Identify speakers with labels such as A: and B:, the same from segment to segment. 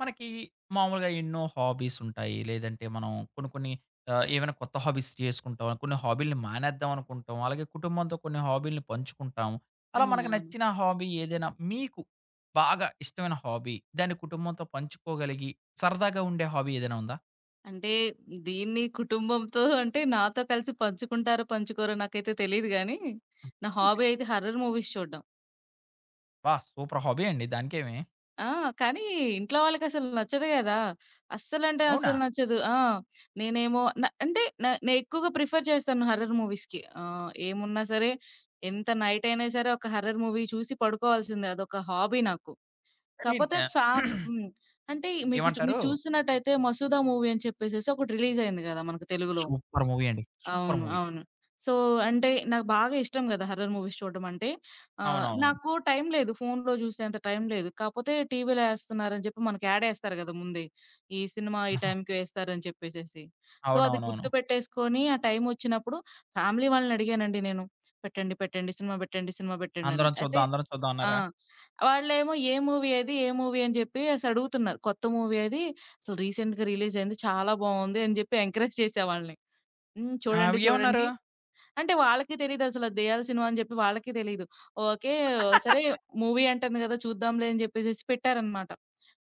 A: మనకి మామూలుగా ఎన్నో హాబీస్ ఉంటాయి. లేదంటే మనం కొన్ని కొన్ని ఏమైనా కొత్త హాబీస్ చేసుకుంటాం. కొన్ని హాబీల్ని మానేద్దాం అనుకుంటాం. అలాగే కుటుంబంతో కొన్ని హాబీల్ని పంచుకుంటాం. అలా
B: హ్మ్.
A: మనకు
B: అవును.
A: నచ్చిన హాబీ ఏదైనా మీకు బాగా ఇష్టమైన హాబీ, దాన్ని కుటుంబంతో పంచుకోగలిగి సరదాగా ఉండే హాబీ ఏదైనా ఉందా?
B: అంటే దీన్ని కుటుంబంతో అంటే నాతో కలిసి పంచుకుంటారో, పంచుకోరో నాకైతే తెలీదు గానీ, నా హాబీ అయితే హారర్ మూవీస్ చూడడం.
A: వాహ్! సూపర్ హాబీ అండి దానికేమి.
B: ఆ! కానీ ఇంట్లో వాళ్ళకసలు నచ్చదు గదా! అస్సలంటే
A: అవునా?
B: అస్సలు నచ్చదు. ఆ! నేనేమో న అంటే న నేను ఎక్కువగా ప్రిఫర్ చేస్తాను హారర్ మూవీస్‌కి. ఏమున్నా సరే, ఎంత నైట్ అయినా సరే ఒక హారర్ మూవీ చూసి పడుకోవాల్సిందే. అదొక హాబీ నాకు.
A: కానీ
B: కాపోతే
A: ఆహ్,
B: ఫ్యామ్ హ్మ్. అంటే మీకు
A: ఏమంటారు?
B: మీరు చూస్తున్నట్టయితే 'మసూదా' మూవీ అని చెప్పేసేసి ఒకటి రిలీజ్ అయింది గదా! మనకు తెలుగులో.
A: సూపర్ మూవీ అండి. సూపర్
B: అవును.
A: మూవీ.
B: అవును. సో, అంటే నాకు బాగా ఇష్టం గదా! హారర్ మూవీస్ చూడడం అంటే.
A: అవునవునవును.
B: నాకు టైం లేదు. ఫోన్‌లో చూసేంత టైం లేదు. కాపోతే టీవీలో ఏస్తున్నారని చెప్పి మనకి యాడ్ ఏస్తారు గదా! ముందే. ఈ సినిమా ఈ టైంకి వేస్తారని చెప్పేసేసి. సో, అది
A: అవునవునవును.
B: గుర్తుపెట్టేసుకొని ఆ టైం వచ్చినప్పుడు ఫ్యామిలీ వాళ్ళని అడిగానండి నేను. పెట్టండి, పెట్టండి సినిమా పెట్టండి, సినిమా పెట్టండని.
A: అందరం
B: అయితే
A: చూద్దాం, అందరం చూద్దాం
B: ఆ!
A: అన్నారా?
B: వాళ్ళేమో ఏ మూవీ ఏది? ఏ మూవీ అని చెప్పి అసడుగుతున్నారు. కొత్త మూవీ అది. అసలు రీసెంట్‌గా రిలీజ్ అయింది. చాలా బావుంది అని జెప్పి ఎంకరేజ్ చేసా వాళ్ళని. హ్మ్.
A: ఆ!
B: చూడండి, చూడండి.
A: ఏమన్నారు?
B: అంటే వాళ్ళకి తెలీదసల దెయ్యాల సినిమా అని జెప్పి వాళ్ళకి తెలీదు. ఓకే. సరే మూవీ అంటంది గదా! చూద్దాంలే అని జెప్పేసేసి పెట్టారనమాట.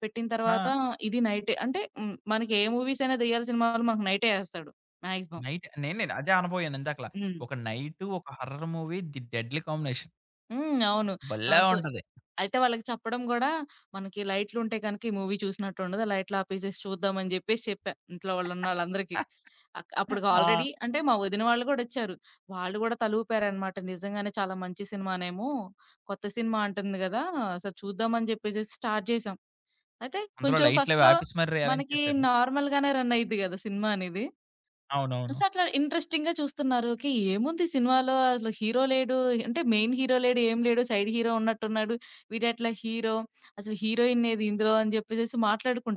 B: పెట్టిన
A: ఆ!
B: తర్వాత ఇది నైటే అంటే హ్మ్. మనకి ఏ మూవీస్ అయినా దెయ్యాల సినిమాలు మనకు నైటే యేస్తాడు మాక్సిమం.
A: నైట్ నేను నేను అదే అనబోయాను ఇందాకల.
B: హ్మ్.
A: ఒక నైటు, ఒక horror movie, the deadly combination
B: హ్మ్. అవును. ఆ!
A: భలే
B: సో
A: ఉంటది.
B: అయితే వాళ్ళకి చెప్పడం గూడా, మనకి లైట్లుంటే గనక ఈ మూవీ చూసినట్టుండదు. ఆ లైట్‌లాపేసేసి చూద్దాం అని జెప్పేసి చెప్పా. ఇంట్లో వాళ్ళున్నోళ్ళందరికీ. అప్పటికి
A: ఆ!
B: ఆల్రెడీ అంటే మా వదిన వాళ్ళు గూడొచ్చారు. వాళ్ళు గూడా తలూపారనమాట. నిజంగానే చాలా మంచి సినిమానేమో, కొత్త సినిమా అంటుంది గదా! సరే చూద్దామని జెప్పేసేసి స్టార్ట్ జేశాం. అయితే
A: అందులో
B: కొంచెం
A: లైట్లవి
B: ఫస్ట్‌లో
A: ఆపేసి మరి అరేంజ్
B: మనకి
A: చేశారు.
B: నార్మల్‌గానే రన్ అయ్యిద్ది గదా! సినిమా అనేది.
A: అవునవును.
B: సో, అట్లా ఇంట్రెస్టింగ్‌గా చూస్తున్నారు. ఓకే. ఏముంది సినిమాలో అసలు హీరో లేడు. అంటే మెయిన్ హీరో లేడు, ఏం లేడు. సైడ్ హీరో ఉన్నట్టున్నాడు. వీడెట్లా హీరో? అసలు హీరోయిన్ ఏది ఇందులో అని జెప్పేసేసి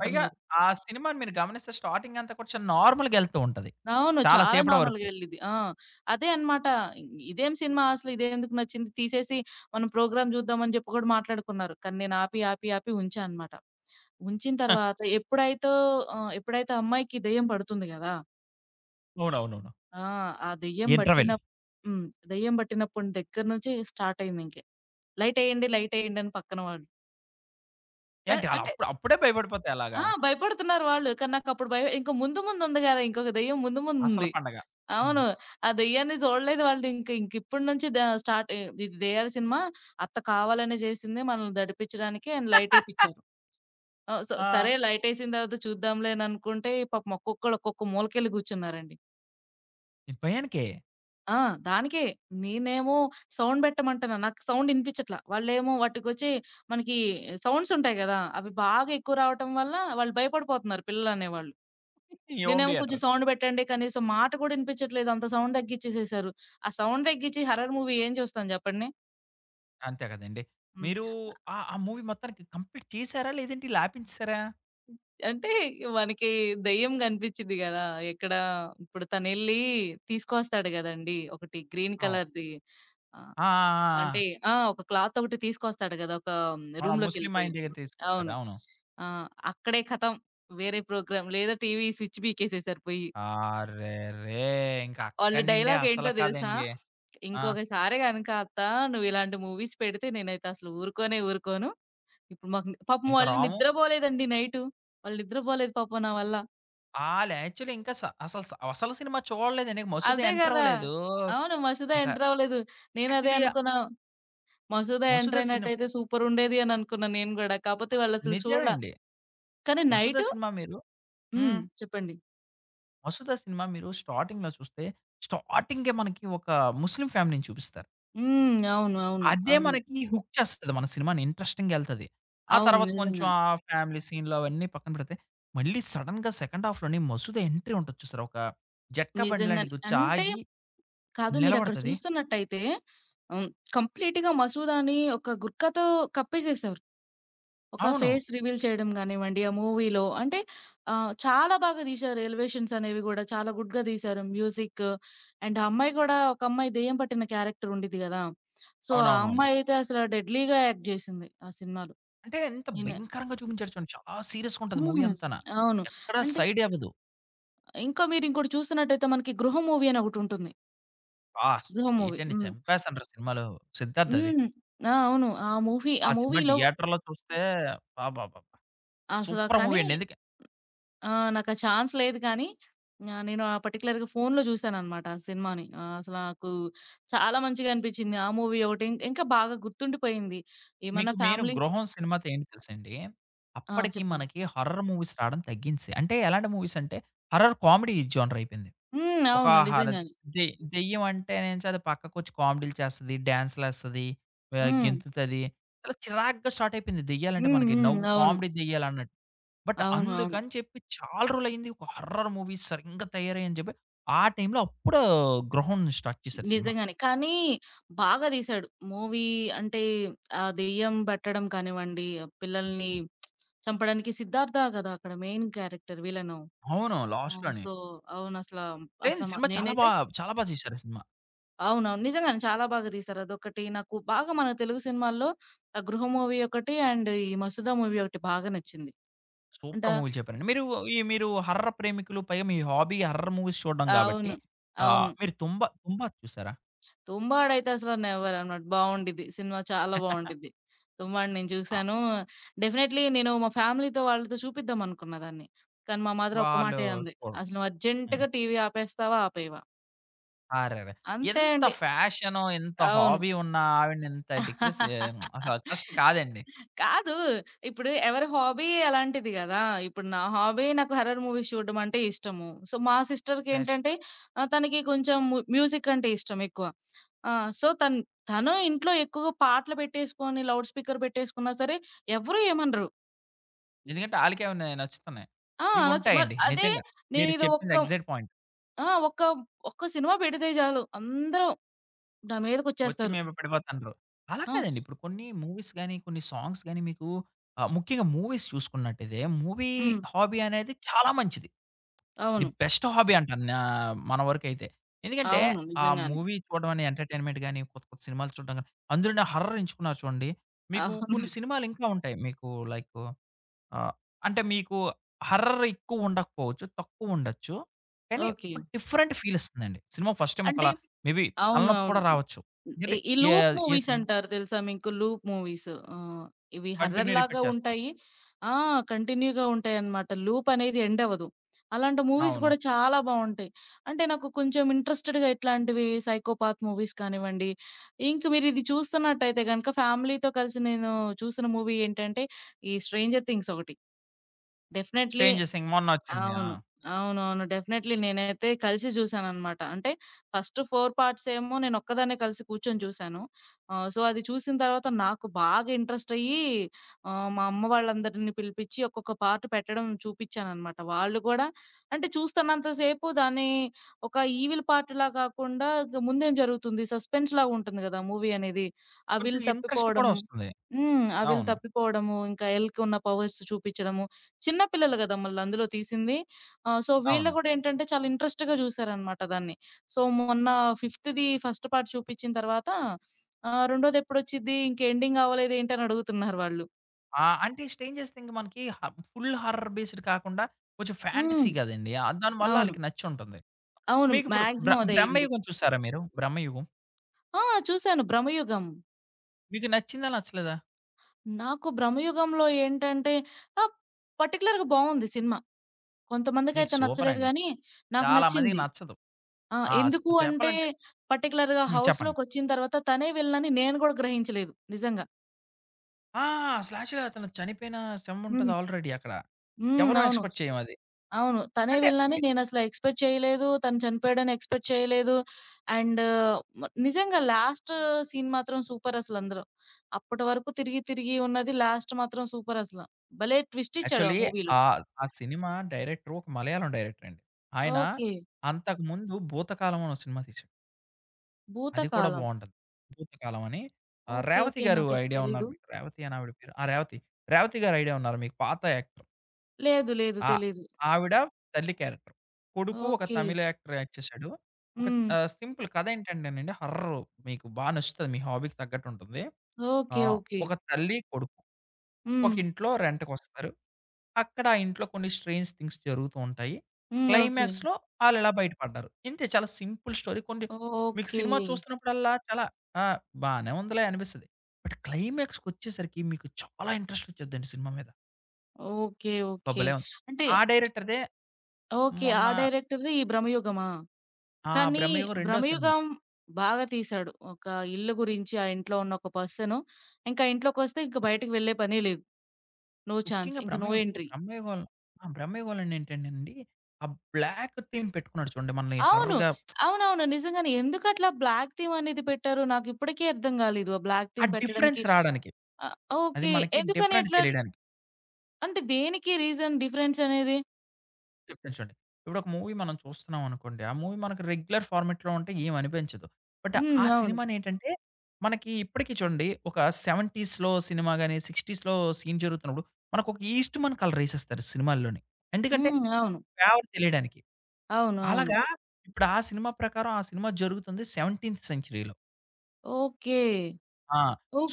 A: పైగా ఆ సినిమాని మీరు గమనిస్తే స్టార్టింగ్ అంతా కూడా చాలా నార్మల్‌గా ఎళ్తూ ఉంటది.
B: అవును.
A: చాలా
B: చాలా
A: సేపటి
B: నార్మల్‌గా
A: వరకు.
B: యెళ్ళిద్ది. ఆ! అదే అనమాట. ఇదేం సినిమా అసలు ఇదెందుకు నచ్చింది? తీసేసి మనం ప్రోగ్రామ్ జూద్దాం అని జెప్పి కూడా మాట్లాడుకున్నారు. కానీ నేను ఆపి, ఆపి, ఆపి ఉంచా అనమాట. ఉంచిన
A: హ!
B: తర్వాత ఎప్పుడైతే ఎప్పుడైతే అమ్మాయికి దెయ్యం పడుతుంది గదా!
A: అవునవునవును.
B: ఆ! ఆ దెయ్యం బట్టిన
A: ఇంటర్వెల్.
B: హ్మ్. దెయ్యం బట్టినప్పుడు దగ్గర నుంచి స్టార్ట్ అయిందింకే. లైటేయండి, లైటేయండి అని పక్కన వాళ్ళు.
A: ఏంటి ఆళ్ళు
B: అంటే
A: అప్పుడే భయపడిపోతే ఎలాగా?
B: ఆ! భయపడుతున్నారు వాళ్ళు. కానీ నాకప్పుడు భయం ఇంక ముందు ముందుంది గదా! ఇంకొక దెయ్యం ముందు
A: అసల
B: ముందుంది.
A: పండగ. హ్మ్.
B: అవును. ఆ దెయ్యాన్ని చూడలేదు వాళ్ళు ఇంక. ఇంకిప్పటి నుంచి ద స్టార్ట్ ఇది దెయ్యాల సినిమా అత్త కావాలనే చేసింది మనల్ని దడిపించడానికి అండ్ లైటేపిచ్చారు. ఆ!
A: ఆ!
B: సరే లైటేసిన తర్వాత చూద్దాంలే అని అనుకుంటే పాపం ఒక్కొక్కళ్ళు ఒక్కొక్క మూలకెళ్ళి కూర్చున్నారండి.
A: ఈ భయానికే.
B: ఆ! దానికే. నేనేమో సౌండ్ పెట్టమంటున్నా. నాకు సౌండ్ ఇనిపిచ్చట్లా. వాళ్ళేమో వాటికొచ్చి మనకి సౌండ్స్ ఉంటాయి గదా! అవి బాగా ఎక్కువ రావటం వల్ల వాళ్ళు భయపడిపోతున్నారు పిల్లలనేవాళ్ళు.
A: ఈ హోమ్
B: నేనేమో కొంచెం
A: థియేటర్.
B: సౌండ్ పెట్టండి. కనీసం మాట కూడా ఇనిపిచ్చట్లేదు. అంత సౌండ్ తగ్గిచ్చేసేశారు. ఆ సౌండ్ తగ్గిచ్చి హర్రర్ మూవీ ఏం చూస్తాను జెప్పండి.
A: అంతే కదండీ.
B: హ్మ్.
A: మీరు ఆ ఆ మూవీ మొత్తానికి కంప్లీట్ చేసారా? లేదంటే ఇలా ఆపించేసారా?
B: అంటే మనకి దెయ్యం గనిపిచ్చిద్ది గదా! ఎక్కడ ఇప్పుడు తనెళ్ళి తీసుకొస్తాడు గదండీ! ఒకటి గ్రీన్
A: అవును.
B: కలర్‌ది. ఆ!
A: ఆ! ఆ! ఆ!
B: అంటే
A: ఆ!
B: ఆ! ఒక క్లాత్ ఒకటి తీసుకొస్తాడు గదా! ఒక
A: అవును. ఆ ముస్లిం ఆయన
B: రూమ్‌లోకెళ్ళిపోయి.
A: దగ్గర
B: హ్మ్.
A: తీసుకొస్తాడు.
B: అవును.
A: అవును.
B: ఆ! అక్కడే ఖతం. వేరే ప్రోగ్రామ్ లేదా టీవీ స్విచ్ పీకేసేసారు పోయి.
A: అరెరే! ఇంక
B: వాళ్ళు
A: అక్కడి నుండే
B: డైలాగ్
A: అసల
B: ఏంటో దెలుసా?
A: కదండీ. ఆ!
B: "ఇంకొకసారి గనక అత్త నువ్విలాంటి మూవీస్ పెడితే నేనైతే అసలు ఊరుకోనే ఊరుకోను. ఇప్పుడు మాకు" పాపం
A: ఇంక
B: వాళ్ళు
A: రాము
B: నిద్రబోలేదండి నైటు. వాళ్ళు నిద్రబోలేదు పాపం నా వల్ల.
A: ఆళ్ళు యాక్చువల్లీ ఇంకా స అసలు స అసలు సినిమా చూడలేదండి. ఇక 'మసూద'
B: అదే
A: ఎంటర్
B: గదా!
A: అవ్వలేదు.
B: అవును. 'మసూద'
A: ఇక
B: ఎంటర్ అవ్వలేదు. నేనదే
A: యాక్చువల్లీ
B: అనుకున్నా. 'మసూద' ఎంటర్
A: 'మసూద' సినిమా
B: అయినట్టయితే సూపరుండేది అని అనుకున్నా నేను గూడా. కాపోతే వాళ్ళసలు చూడల.
A: నిజమండి.
B: కానీ
A: 'మసూద'
B: నైటు
A: సినిమా మీరు
B: హ్మ్.
A: హ్మ్.
B: చెప్పండి.
A: 'మసూద' సినిమా మీరు స్టార్టింగ్‌లో చూస్తే స్టార్టింగే మనకి ఒక ముస్లిం ఫ్యామిలీ‌ని చూపిస్తారు.
B: హ్మ్. అవును. అవును.
A: అదే
B: అవును.
A: మనకి హుక్ చేస్తది. మన సినిమాని ఇంట్రెస్టింగ్‌గెళ్తది. ఆ
B: అవును.
A: తర్వాత కొంచెం
B: నిజంగానే.
A: ఆ ఫ్యామిలీ సీన్‌లు అవన్నీ పక్కన పెడితే, మళ్ళీ సడెన్‌గా సెకండ్ హాఫ్‌లోని 'మసూద' ఎంట్రీ ఉంటది చూసారా? ఒక జట్కా బండి
B: నిజంగానే.
A: లాంటిదొచ్చి
B: అంటే
A: ఆగి
B: కాదు మీరక్కడ
A: నిలబడతది.
B: చూస్తున్నట్టయితే హ్మ్. కంప్లీట్‌గా మసూదాని ఒక గుర్కతో కప్పేసేసారు. ఒక
A: అవును.
B: ఫేస్ రివీల్ చేయడం గానివ్వండి, ఆ మూవీలో అంటే చాలా బాగా తీశారు. ఎలివేషన్స్ అనేవి గూడా చాలా గుడ్‌గా తీశారు. మ్యూజిక్ అండ్ ఆ అమ్మాయి గూడా ఒక అమ్మాయి దెయ్యం పట్టిన క్యారెక్టర్ ఉండిద్ది గదా! సో, ఆ
A: అవునవునవును.
B: అమ్మాయి అయితే అసల డెడ్లీగా యాక్ట్ జేసింది ఆ సినిమాలో.
A: అంటే ఎంత
B: ఈమె
A: భయంకరంగా చూపించారు చూడండి. చాలా సీరియస్‌గా ఉంటది మూవీ
B: హ్మ్.
A: అంతాన.
B: అవును.
A: ఎక్కడ
B: అంటే
A: సైడ్ అవ్వదు.
B: ఇంకా మీరింకోటి చూస్తున్నట్టయితే మనకి 'గృహ' మూవీ అని ఒకటుంటుంది.
A: ఆ!
B: 'గృహ' మూవీ.
A: ఏటండి
B: హ్మ్.
A: చంపేస్తన్రు సినిమాలో 'సిద్ధార్థ్' అది.
B: హ్మ్. ఆ! అవును. ఆ మూవీ ఆ
A: ఆ సినిమా
B: మూవీలో
A: థియేటర్‌లో చూస్తే అబ్బబ్బబ్బా!
B: అసల
A: సూపర్ మూవీ
B: కానీ
A: అండి. ఎందుకంటే
B: నాకా ఛాన్స్ లేదు కానీ నేను ఆ పర్టిక్యులర్‌గా ఫోన్‌లో చూసాననమాట ఆ సినిమాని. అసలు నాకు చాలా మంచిగా అనిపిచ్చింది. ఆ మూవీ ఒకటి. ఇంకా బాగా గుర్తుండిపోయింది. ఏమన్నా
A: మీకు మెయిన్
B: ఫ్యామిలీస్
A: 'గృహం' సినిమాతో ఏంటి తెలుసండి,
B: ఆ!
A: అప్పటికి
B: చెప్పండి.
A: మనకి హారర్ మూవీస్ రావడం తగ్గించేసాయి. అంటే ఎలాంటి మూవీస్ అంటే, హారర్ కామెడీ జోనర్ అయిపోయింది.
B: హ్మ్.
A: ఒక
B: అవును.
A: హర
B: నిజంగానే.
A: దె దెయ్యం అంటే నుంచి అది పక్కకొచ్చి కామెడీలు చేస్తది, డాన్స్‌లేస్తది,
B: హ్మ్.
A: గెంతుతది. చాలా చిరాకుగా స్టార్ట్ అయిపోయింది దెయ్యాలంటే
B: హ్మ్.
A: మనకి.
B: హ్మ్.
A: నవ్వు
B: అవును.
A: కామెడీ దెయ్యాలన్నట్టు. బట్
B: అవును. అవును.
A: అందుకని చెప్పి చాలా రోజులయింది ఒక హారర్ మూవీస్ సరింగా తయారయ్యని చెప్పి, ఆ టైంలో అప్పుడు 'గృహం' స్టార్ట్ చేశారు సినిమా.
B: నిజంగానే. కానీ బాగా తీశాడు. మూవీ అంటే ఆ దెయ్యం పెట్టడం కానివ్వండి, ఆ పిల్లల్ని చంపడానికి సిద్ధార్థ కదా! అక్కడ మెయిన్ క్యారెక్టర్ విలను.
A: అవును.
B: ఆ!
A: లాస్ట్‌లోనే.
B: సో, అవును. అసల, అసల
A: లేదండి సినిమా చాలా బా
B: నేనైతే
A: చాలా బా చేశారు సినిమా.
B: అవునవును. నిజంగానే చాలా బాగా తీశారు. అదొకటి నాకు బాగా మన తెలుగు సినిమాల్లో ఆ 'గృహ' మూవీ ఒకటి అండ్ ఈ 'మసూద' మూవీ ఒకటి బాగా నచ్చింది. అంట
A: సూపర్ మూవీలు చెప్పారండి. మీరు మీరు హర్రర్ ప్రేమికులు పైగా మీ హాబీ హర్రర్ మూవీస్ చూడడం గాబట్టి
B: అవును. అవును.
A: మీరు 'తుంబ' చూసారా?
B: తుంబాడయితే అసలు నెవరనమాట. బావుండిద్ది. సినిమా చాలా బావుండిద్ది. 'తుంబాడు' నేను
A: ఆ!
B: చూసాను. డెఫినైట్‌లీ నేను మా ఫ్యామిలీతో వాళ్ళతో చూపిద్దాం అనుకున్న దాన్ని. కానీ మా మదర్ ఒక్క
A: వాళ్ళు
B: మాటే అంది.
A: చూడరు.
B: "అసలు నువ్వు
A: హ్మ్.
B: అర్జెంట్‌గా టీవీ ఆపేస్తావా? ఆపేయవా?"
A: అరెరే!
B: అంతే
A: ఎంత
B: అండి.
A: ఫ్యాషను, ఎంత
B: అవును.
A: హాబీ ఉన్న ఆవిడని ఇంత డిక్రిస్ అసలు కష్టం కాదండి.
B: కాదు. ఇప్పుడు ఎవరి హాబీ అలాంటిది గదా! ఇప్పుడు నా హాబీ నాకు హారర్ మూవీస్ చూడడం అంటే ఇష్టము. సో, మా
A: నెక్స్ట్
B: సిస్టర్‌కేంటంటే తనకి కొంచెం మ్యూజిక్ అంటే ఇష్టం ఎక్కువ. ఆ! సో, తను ఇంట్లో ఎక్కువగా పాటలు పెట్టేసుకొని లౌడ్ స్పీకర్ పెట్టేసుకున్నా సరే ఎవరు ఏమనరు.
A: ఎందుకంటే ఆళ్ళకి అవి నచ్చుతున్నాయి.
B: ఆ! అనొచ్చు. మరి
A: ఇవుంటాయండి
B: అదే
A: నిజంగా. మీరు
B: నేనిది ఒక్క
A: చెప్పింది ఎగ్జాక్ట్ పాయింట్.
B: ఆ! ఒక్క ఒక్క సినిమా పెడితే చాలు అందరూ నా
A: వచ్చి
B: మీదకొచ్చేస్తారు.
A: మేము పడిపోతండ్రు. అలా
B: ఆ!
A: కాదండి. ఇప్పుడు కొన్ని మూవీస్ గాని, కొన్ని సాంగ్స్ గాని మీకు ముఖ్యంగా మూవీస్ చూసుకున్నట్టయితే మూవీ
B: హ్మ్.
A: హాబీ అనేది చాలా మంచిది. ది
B: అవును.
A: బెస్ట్ హాబీ అంటాను నా మన వరకైతే. ఎందుకంటే
B: అవును.
A: ఆ
B: నిజంగానే.
A: మూవీ చూడడం అనే ఎంటర్‌టైన్‌మెంట్ గాని, కొత్త కొత్త సినిమాలు చూడడం గాని అందులోనే హర్రర్ ఎంచుకున్నారు చూడండి. మీకు
B: అవును.
A: కొన్ని సినిమాలు ఇంకా ఉంటాయి. మీకు లైకు ఆ! అంటే మీకు హర్రర్ ఎక్కువుండకపోవచ్చు. తక్కువుండొచ్చు. కానీ
B: ఓకే.
A: ఒక డిఫరెంట్ ఫీలిస్తుందండి. సినిమా ఫస్ట్ టైమ్
B: అంటే
A: ఒకలా మేబీ
B: అవును.
A: తలనొప్పి
B: అవును.
A: కూడా రావచ్చు.
B: ఈ
A: ఎందుకంటే
B: ఈ
A: ఏ
B: లూప్
A: ఏ
B: మూవీస్
A: సినిమా
B: అంటారు తెలుసా మీకు? Loop movies. ఆహ్, ఇవి హర్రర్
A: కంటిన్యూ
B: లాగా
A: రిపీట్ చేస్తాం.
B: ఉంటాయి. ఆ! కంటిన్యూగా ఉంటాయన్నమాట. లూప్ అనేది ఎండ్ అవ్వదు. అలాంటి మూవీస్
A: అవును.
B: కూడా చాలా బావుంటాయి. అంటే నాకు కొంచెం ఇంట్రెస్టెడ్‌గా ఇట్లాంటివి సైకోపాత్ మూవీస్ కానివ్వండి, ఇంక మీరిది చూస్తున్నట్టయితే గనక ఫ్యామిలీతో కలిసి నేను చూసిన మూవీ ఏంటంటే, ఈ 'స్ట్రేంజర్ థింగ్స్' ఒకటి. డెఫినైట్‌లీ
A: 'స్ట్రేంజర్ థింగ్' మొన్నొచ్చింది. ఆ!
B: అవును. అవునవును. డెఫినైట్‌లీ నేనైతే కలిసి జూసాననమాట. అంటే ఫస్ట్ 4 పార్ట్స్ ఏమో నేనొక్కదాన్నే కలిసి కూర్చొని చూసాను. సో, అది చూసిన తర్వాత నాకు బాగా ఇంట్రెస్ట్ అయ్యి మా అమ్మ వాళ్ళందరిని పిలిపిచ్చి ఒక్కొక్క పార్ట్ పెట్టడం చూపిచ్చాననమాట. వాళ్ళు గూడా అంటే చూస్తున్నంత సేపు దాన్ని ఒక ఈవిల్ పార్ట్‌లా కాకుండా ఇక ముందేం జరుగుతుంది సస్పెన్స్‌లాగా ఉంటుంది గదా! మూవీ అనేది. ఆ
A: కొంచెం
B: విల్
A: ఇంట్రెస్ట్ కూడా
B: తప్పిపోవడం
A: వస్తుంది.
B: హ్మ్. ఆ విల్
A: అవును.
B: తప్పిపోవడము, ఇంకా ఎల్‌కున్న పవర్స్ చూపిచ్చడము, చిన్న పిల్లలు గదా! మళ్ళా అందులో తీసింది. సో, వీళ్ళు
A: అవును.
B: గూడా ఏంటంటే చాలా ఇంట్రెస్ట్‌గా జూసారనమాట దాన్ని. సో, మొన్న ఫిఫ్త్‌ది ఫస్ట్ పార్ట్ చూపిచ్చిన తర్వాత రెండోది ఎప్పుడొచ్చిద్ది? ఇంక ఎండింగ్ అవ్వలేదు ఏంటి అని అడుగుతున్నారు వాళ్ళు.
A: ఆ! అంటే 'స్ట్రేంజర్ థింగ్' మనకి హ ఫుల్ హర్రర్ బేస్డ్ కాకుండా కొంచెం
B: హ్మ్.
A: ఫ్యాంటసీ గదండీ! దానివల్ల
B: అవును.
A: ఆళ్ళకి నచ్చుంటుంది.
B: అవును.
A: మీకిప్పుడు
B: మాక్సిమం అదే అయ్యుండిద్ది.
A: 'బ్రహ్మయుగం' చూసారా మీరు? 'బ్రహ్మయుగం'?
B: ఆ! చూసాను 'బ్రహ్మయుగం.'
A: మీకు నచ్చిందా? నచ్చలేదా?
B: నాకు 'బ్రహ్మయుగంలో' ఏంటంటే ఆహ్, పర్టిక్యులర్‌గా బావుంది సినిమా.
A: మీరు
B: కొంతమందికైతే నచ్చలేదు
A: సూపరండి.
B: గానీ నాకు
A: చాలా మందికి
B: నచ్చింది.
A: నచ్చదు.
B: ఆ!
A: ఆ! అస్
B: ఎందుకు అంటే
A: చెప్పాలంటే
B: పర్టిక్యులర్‌గా
A: హ్మ్. చెప్పండి.
B: హౌస్‌లోకొచ్చిన తర్వాత తనే విలనని నేను గూడా గ్రహించలేదు నిజంగా.
A: ఆ! అసలు యాక్చువల్‌గా అతను చనిపోయిన శవం ఉంటది
B: హ్మ్.
A: ఆల్రెడీ అక్కడ.
B: హ్మ్.
A: ఎవరు
B: అవును.
A: ఎక్స్‌పెక్ట్ చేయం అది.
B: అవును. తనే
A: అంటే
B: విలనని
A: మి
B: నేనసల ఎక్స్‌పెక్ట్ చేయలేదు. తను చనిపోయాడని ఎక్స్‌పెక్ట్ చేయలేదు. అండ్ నిజంగా లాస్ట్ సీన్ మాత్రం సూపరసల అందులో. అప్పటి వరకు తిరిగి తిరిగి ఉన్నది లాస్ట్ మాత్రం సూపరసల. భలే ట్విస్ట్ ఇచ్చాడు ఆ
A: యాక్చువల్లీ
B: మూవీలో.
A: ఆ సినిమా డైరెక్టర్ ఒక మలయాళం డైరెక్టర్ అండి. ఆయన
B: ఓకే.
A: అంతకుముందు 'భూతకాలం' అని ఒక సినిమా తీశాడు. అది కూడా
B: భూతకాలం.
A: బావుంటది. 'భూతకాలం' అని
B: ఓకే. ఓకే.
A: 'రేవతి' గారు
B: నాకైతే
A: ఐడియా ఉన్నారా
B: తెలీదు.
A: మీకు? 'రేవతి' అని ఆవిడ పేరు. ఆ! 'రేవతి.' 'రేవతి' గారు ఐడియా ఉన్నారా మీకు? పాత యాక్టర్.
B: లేదు. లేదు.
A: ఆ!
B: తెలీదు.
A: ఆవిడ తల్లి క్యారెక్టర్. కొడుకు ఒక
B: ఓకే.
A: తమిళ్ యాక్టర్ యాక్ట్ చేశాడు. ఒక
B: హ్మ్.
A: సింపుల్ కథేంటంటేనండి హర్రర్ మీకు బా నచ్చుతది. మీ హాబీకి తగ్గట్టుంటుంది.
B: ఓకే.
A: ఆహ్,
B: ఓకే.
A: ఒక తల్లి, కొడుకు ఒక
B: హ్మ్.
A: ఇంట్లో రెంట్‌కొస్తారు. అక్కడ ఆ ఇంట్లో కొన్ని స్ట్రేంజ్ థింగ్స్ జరుగుతూ ఉంటాయి.
B: హ్మ్. ఓకే.
A: క్లైమాక్స్‌లో ఆళ్ళిలా బయటపడ్డారు. ఇంతే చాలా సింపుల్ స్టోరీ. కొన్ని మీకు
B: ఓకే.
A: సినిమా చూస్తున్నప్పుడల్లా చాలా ఆ! బానే ఉందిలే అనిపిస్తది. బట్ క్లైమాక్స్‌కొచ్చేసరికి మీకు చాలా ఇంట్రెస్ట్ వచ్చేద్దండి సినిమా మీద.
B: ఓకే.
A: అబ్బా!
B: ఓకే.
A: భలే ఉంది.
B: అంటే
A: ఆ డైరెక్టర్‌దే
B: ఓకే. ఆ
A: మొన్న
B: డైరెక్టర్‌ది ఈ 'భ్రమయుగమా'?
A: ఆ!
B: కానీ
A: 'బ్రహ్మయుగం' రెండో సినిమా.
B: 'భ్రమయుగం' బాగా తీశాడు. ఒక ఇల్లు గురించి ఆ ఇంట్లో ఉన్న ఒక పర్సను ఇంకా ఇంట్లోకొస్తే ఇంక బయటికి వెళ్ళే పనే లేదు. No chance.
A: ముఖ్యంగా
B: ఇంక నో
A: 'బ్రహ్మయుగం'
B: ఎంట్రీ.
A: 'బ్రహ్మయుగంలో' ఆ! 'బ్రహ్మయుగంలోనే' ఏంటంటేనండి, ఆ బ్లాక్ థీమ్ పెట్టుకున్నాడు చూడండి. మనల్ని
B: అవును.
A: హర్రగా
B: అవునవును. నిజంగానే. ఎందుకట్లా బ్లాక్ థీమ్ అనేది పెట్టారు? నాకిప్పటికీ అర్థం కాలేదు. ఆ బ్లాక్
A: ఆ
B: థీమ్
A: డిఫరెన్స్
B: పెట్టడానికి
A: రాడానికి.
B: ఆహ్,
A: అది
B: ఓకే.
A: మనకి
B: ఎందుకని
A: డిఫరెంట్
B: అట్లా?
A: తెలియడానికి.
B: అంటే దేనికి రీజన్ డిఫరెన్స్ అనేది?
A: చెప్తాను చూడండి. ఇప్పుడు ఒక మూవీ మనం చూస్తున్నాం అనుకోండి. ఆ మూవీ మనకి రెగ్యులర్ ఫార్మాట్‌లో ఉంటే ఏమి అనిపించదు. బట్
B: హ్మ్.
A: ఆ
B: అవును.
A: సినిమానేంటంటే, మనకి ఇప్పటికి చూడండి ఒక 70స్‌లో సినిమా గాని, 60స్‌లో సీన్ జరుగుతున్నప్పుడు మనకొక ఈస్ట్ మన్ కలర్ ఏసేస్తారు సినిమాల్లోని. ఎందుకంటే
B: హ్మ్. అవును.
A: ఫేవర్ తెలియడానికి.
B: అవును. అవును.
A: అలాగా ఇప్పుడు ఆ సినిమా ప్రకారం ఆ సినిమా జరుగుతుంది 17థ్ సెంచరీలో.
B: ఓకే.
A: ఆ!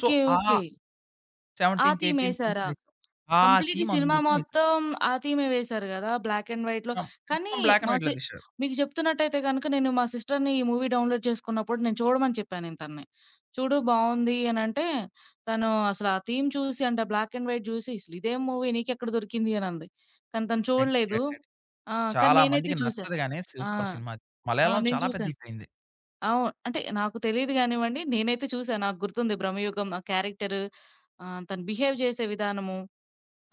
A: సో, ఆ
B: ఓకే. ఆ
A: 17థ్, 18థ్
B: థీమేసారా?
A: సెంచరీస్ ఆ
B: కంప్లీట్ ఈ
A: థీమ్
B: సినిమా
A: అందుకని ఎసారు.
B: మొత్తం ఆ థీమే వేశారు గదా! బ్లాక్ అండ్ వైట్‌లో.
A: ఆ!
B: కానీ
A: మొత్తం బ్లాక్ అండ్
B: మా సి
A: వైట్‌లో తీశాడు.
B: మీకు చెప్తున్నట్టయితే గనుక నేను మా సిస్టర్‌ని ఈ మూవీ డౌన్‌లోడ్ చేసుకున్నప్పుడు నేను చూడమని చెప్పా నేను తనని. చూడు బావుంది అనంటే, తను అసలు ఆ థీమ్ చూసి అంటే బ్లాక్ అండ్ వైట్ జూసి "అసలు ఇదేం మూవీ నీకెక్కడ దొరికింది" అనంది. కానీ తను చూడలేదు.
A: ఎగ్జాక్ట్ అండి.
B: ఆ! కానీ
A: చాలా
B: నేనైతే
A: మందికి
B: చూసా.
A: నచ్చదు గాని
B: ఆ!
A: సూపర్ సినిమా అది.
B: ఆ!
A: మలయాళం
B: నేను
A: చాలా పెద్ద
B: చూసా.
A: హిట్ అయింది.
B: అవును. అంటే నాకు తెలీదు గానివ్వండి. నేనైతే చూసా. నాకు గుర్తుంది 'బ్రహ్మయుగం' ఆ క్యారెక్టర్ తను బిహేవ్ చేసే విధానము.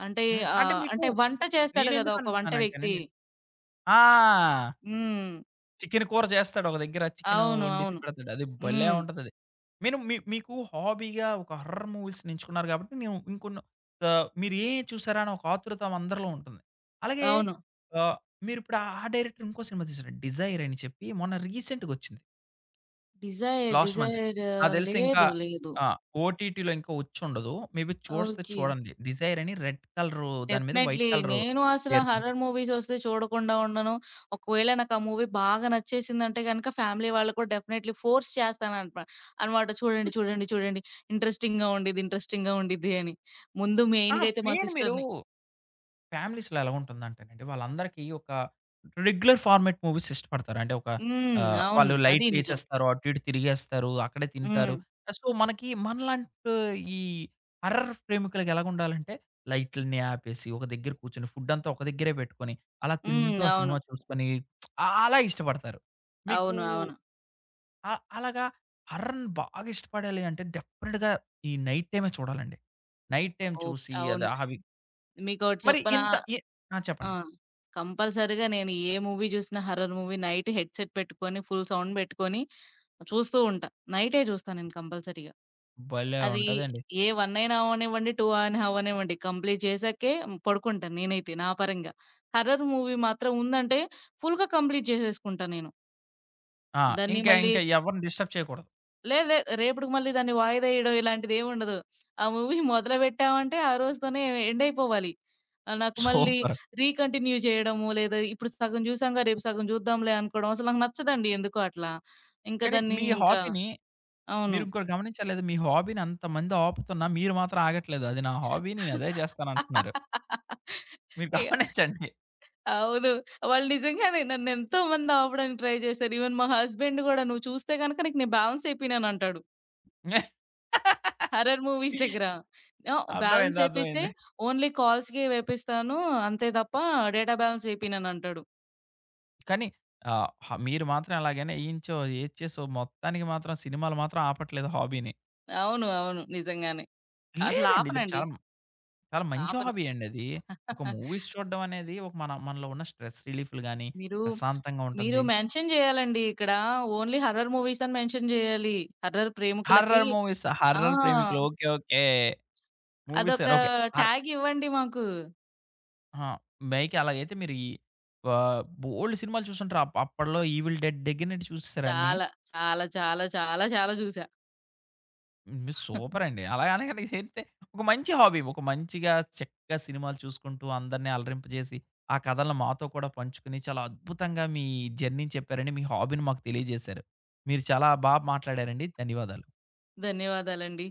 B: అంటే
A: హ్మ్. అంటే మీకు
B: అంటే వంట చేస్తాడు గదా!
A: నేనెందుకు
B: ఒక వంట వ్యక్తి.
A: అంటున్నానంటేనండి ఆ!
B: హ్మ్.
A: చికెన్ కూర చేస్తాడు ఒక దగ్గర. చికెను
B: అవును.
A: వండిచ్చి
B: అవును.
A: పెడతాడు. అది భలే
B: హ్మ్.
A: ఉంటదది. మీను మీ మీకు హాబీగా ఒక హారర్ మూవీస్‌ని ఎంచుకున్నారు కాబట్టి, నేను ఇంకొన్ని మీరు ఏ చూసారా అని ఒక ఆతృత అందరిలో ఉంటుంది. అలాగే
B: అవును.
A: ఆహ్, మీరిప్పుడు ఆ డైరెక్టర్ ఇంకో సినిమా తీశారు 'డిజైర్' అని చెప్పి మొన్న రీసెంట్‌గొచ్చింది.
B: 'డిజైర్'
A: లాస్ట్ మంతే.
B: 'డిజైర్'
A: నాకు తెలిసి ఇంకా
B: లేదు. లేదు.
A: ఆ! ఓటీటీలో ఇంకా వచ్చుండదు. మే బీ చూస్తే
B: ఓకే.
A: చూడండి. 'డిజైర్' అని రెడ్ కలరు దాని మీద వైట్
B: డెఫినైట్‌లీ.
A: కలరు
B: నేను అసల
A: పేరుతో.
B: హారర్ మూవీస్ వస్తే చూడకుండా ఉండను. ఒకవేళ నాకు ఆ మూవీ బాగా నచ్చేసిందంటే గనక ఫ్యామిలీ వాళ్ళకి కూడా డెఫినైట్‌లీ ఫోర్స్ చేస్తాననమా అనమాట. అనమాట చూడండి, చూడండి, చూడండి ఇంట్రెస్టింగ్‌గా ఉండిద్ది, ఇంట్రెస్టింగ్‌గా ఉండిద్ది అని. ముందు
A: ఆ!
B: మెయిన్‌గా అయితే మా
A: మెయిన్ మీరు
B: సిస్టర్‌ని.
A: ఫ్యామిలీస్‌లో ఎలా ఉంటుందంటేనండి, వాళ్ళందరికీ ఒక రెగ్యులర్ ఫార్మాట్ మూవీస్ ఇష్టపడతారు. అంటే ఒక
B: హ్మ్. అవును.
A: వాళ్ళు
B: అది
A: లైట్లు
B: నిజం.
A: ఎసేస్తారు. అటు ఇటు తిరిగేస్తారు. అక్కడే
B: హ్మ్.
A: తింటారు. సో, మనకి మనలాంటి ఈ హర్రర్ ప్రేమికులకి ఎలాగుండాలంటే, లైట్లన్నీ ఆపేసి, ఒక దగ్గర కూర్చొని, ఫుడ్డంతా ఒక దగ్గరే పెట్టుకొని, అలా
B: హ్మ్.
A: తింటూ ఆ
B: అవును.
A: సినిమా చూసుకొని అలా ఇష్టపడతారు. మీకు
B: అవును. అవును.
A: అ అలాగా హర్రర్‌ని బాగా ఇష్టపడాలి అంటే డెఫినిట్‌గా ఈ నైట్ టైమే చూడాలండి. Night time
B: okay.
A: చూసి అది
B: అవును.
A: అవి
B: మీకోటి
A: మరి
B: చెప్పనా?
A: ఇంత ఎ ఆ!
B: ఆ!
A: చెప్పండి.
B: కంపల్సరీగా నేను ఏ మూవీ చూసినా హారర్ మూవీ నైట్ హెడ్‌సెట్ పెట్టుకొని, ఫుల్ సౌండ్ పెట్టుకొని చూస్తూ ఉంటా. నైటే చూస్తా నేను కంపల్సరీగా.
A: భలే
B: అది
A: ఉంటదండి.
B: ఏ 1 అయినా అవ్వనివ్వండి, 2 అని అవ్వనివ్వండి. కంప్లీట్ చేశాకే పడుకుంటాను నేనైతే నా పరంగా. హర్రర్ మూవీ మాత్రం ఉందంటే ఫుల్‌గా కంప్లీట్ చేసేసుకుంటా నేను.
A: ఆ!
B: దాన్ని
A: ఇంకా
B: మళ్ళీ
A: ఇంకా ఎవరిని డిస్టర్బ్ చేయకూడదు.
B: లేదు లేదు రేపటికి మళ్ళీ దాన్ని వాయిదా వేయడం ఇలాంటిదేముండదు. ఆ మూవీ మొదలుపెట్టామంటే ఆ రోజుతోనే ఎండ్ అయిపోవాలి. నాకు మళ్ళీ
A: సూపర్.
B: రీకంటిన్యూ చేయడము లేదా ఇప్పుడు సగం చూసాంగా రేపు సగం చూద్దాంలే అనుకోవడం అసలు నాకు నచ్చదండి ఎందుకో అట్లా. ఇంకా
A: కానీ
B: దాన్ని
A: మీ
B: ఇంకా
A: హాబీని
B: అవును.
A: మీరింకోటి గమనించారా లేదా? మీ హాబీని అంతమంది ఆపుతున్నా మీరు మాత్రం ఆగట్లేదు. అది నా హాబీ నేను అదే చేస్తానంటున్నారు. మీరు గమనించండి.
B: అవును. వాళ్ళు నిజంగానే నన్నెంతో మంది ఆపడానికి ట్రై చేశారు. ఈవెన్ మా హస్బెండ్ గూడా "నువ్వు చూస్తే గనక నీకు నేను బ్యాలెన్స్ ఏపినానంటాడు." హారర్ మూవీస్ దగ్గర. బ్యాలెన్స్
A: అర్థమైంది.
B: ఏపిస్తే
A: అర్థమైంది.
B: ఓన్లీ కాల్స్‌కే వేపిస్తాను. అంతే తప్ప డేటా బ్యాలెన్స్ ఏపిననంటాడు.
A: కానీ హ మీరు మాత్రం ఎలాగైనా ఏయించో, ఏది చేసో మొత్తానికి మాత్రం సినిమాలు మాత్రం ఆపట్లేదు హాబీని.
B: అవును. అవును. నిజంగానే. అసలు
A: లేదండి. ఇది
B: ఆపనండి.
A: చాలా చాలా మంచి
B: ఆపను.
A: హాబీ అండి అది. ఒక మూవీస్ చూడడం అనేది ఒక మనలో ఉన్న స్ట్రెస్ రిలీఫ్‌లు గాని,
B: మీరు,
A: ప్రశాంతంగా
B: మీరు
A: ఉంటుంది.
B: మెన్షన్ చేయాలండి ఇక్కడ. ఓన్లీ హారర్ మూవీస్ అని మెన్షన్ చేయాలి. హారర్ ప్రేమికులకి
A: హారర్ మూవీసా?
B: ఆ!
A: హారర్ ప్రేమికులు. ఓకే. ఓకే. మూవీస్
B: అదొక
A: ఓకే. హర్
B: ట్యాగ్ ఇవ్వండి మాకు.
A: ఆ! మైకి అలాగైతే మీరు ఈ బోలెడు సినిమాలు చూసుంటారు. అప్పట్లో 'ఈవిల్ డెడ్' దగ్గర నుండి చూసేసారా అన్ని?
B: చాలా. చాలా, చాలా, చాలా, చాలా చూసా.
A: మీరు సూపర్ అండి. అలా అనగానే ఏంటే ఒక మంచి హాబీ. ఒక మంచిగా చక్కగా సినిమాలు చూసుకుంటూ అందరిని అలరింపజేసి, ఆ కథలను మాతో కూడా పంచుకొని చాలా అద్భుతంగా మీ జర్నీని చెప్పారండి. మీ హాబీని మాకు తెలియజేశారు. మీరు చాలా బా మాట్లాడారండి. ధన్యవాదాలు.
B: ధన్యవాదాలండి.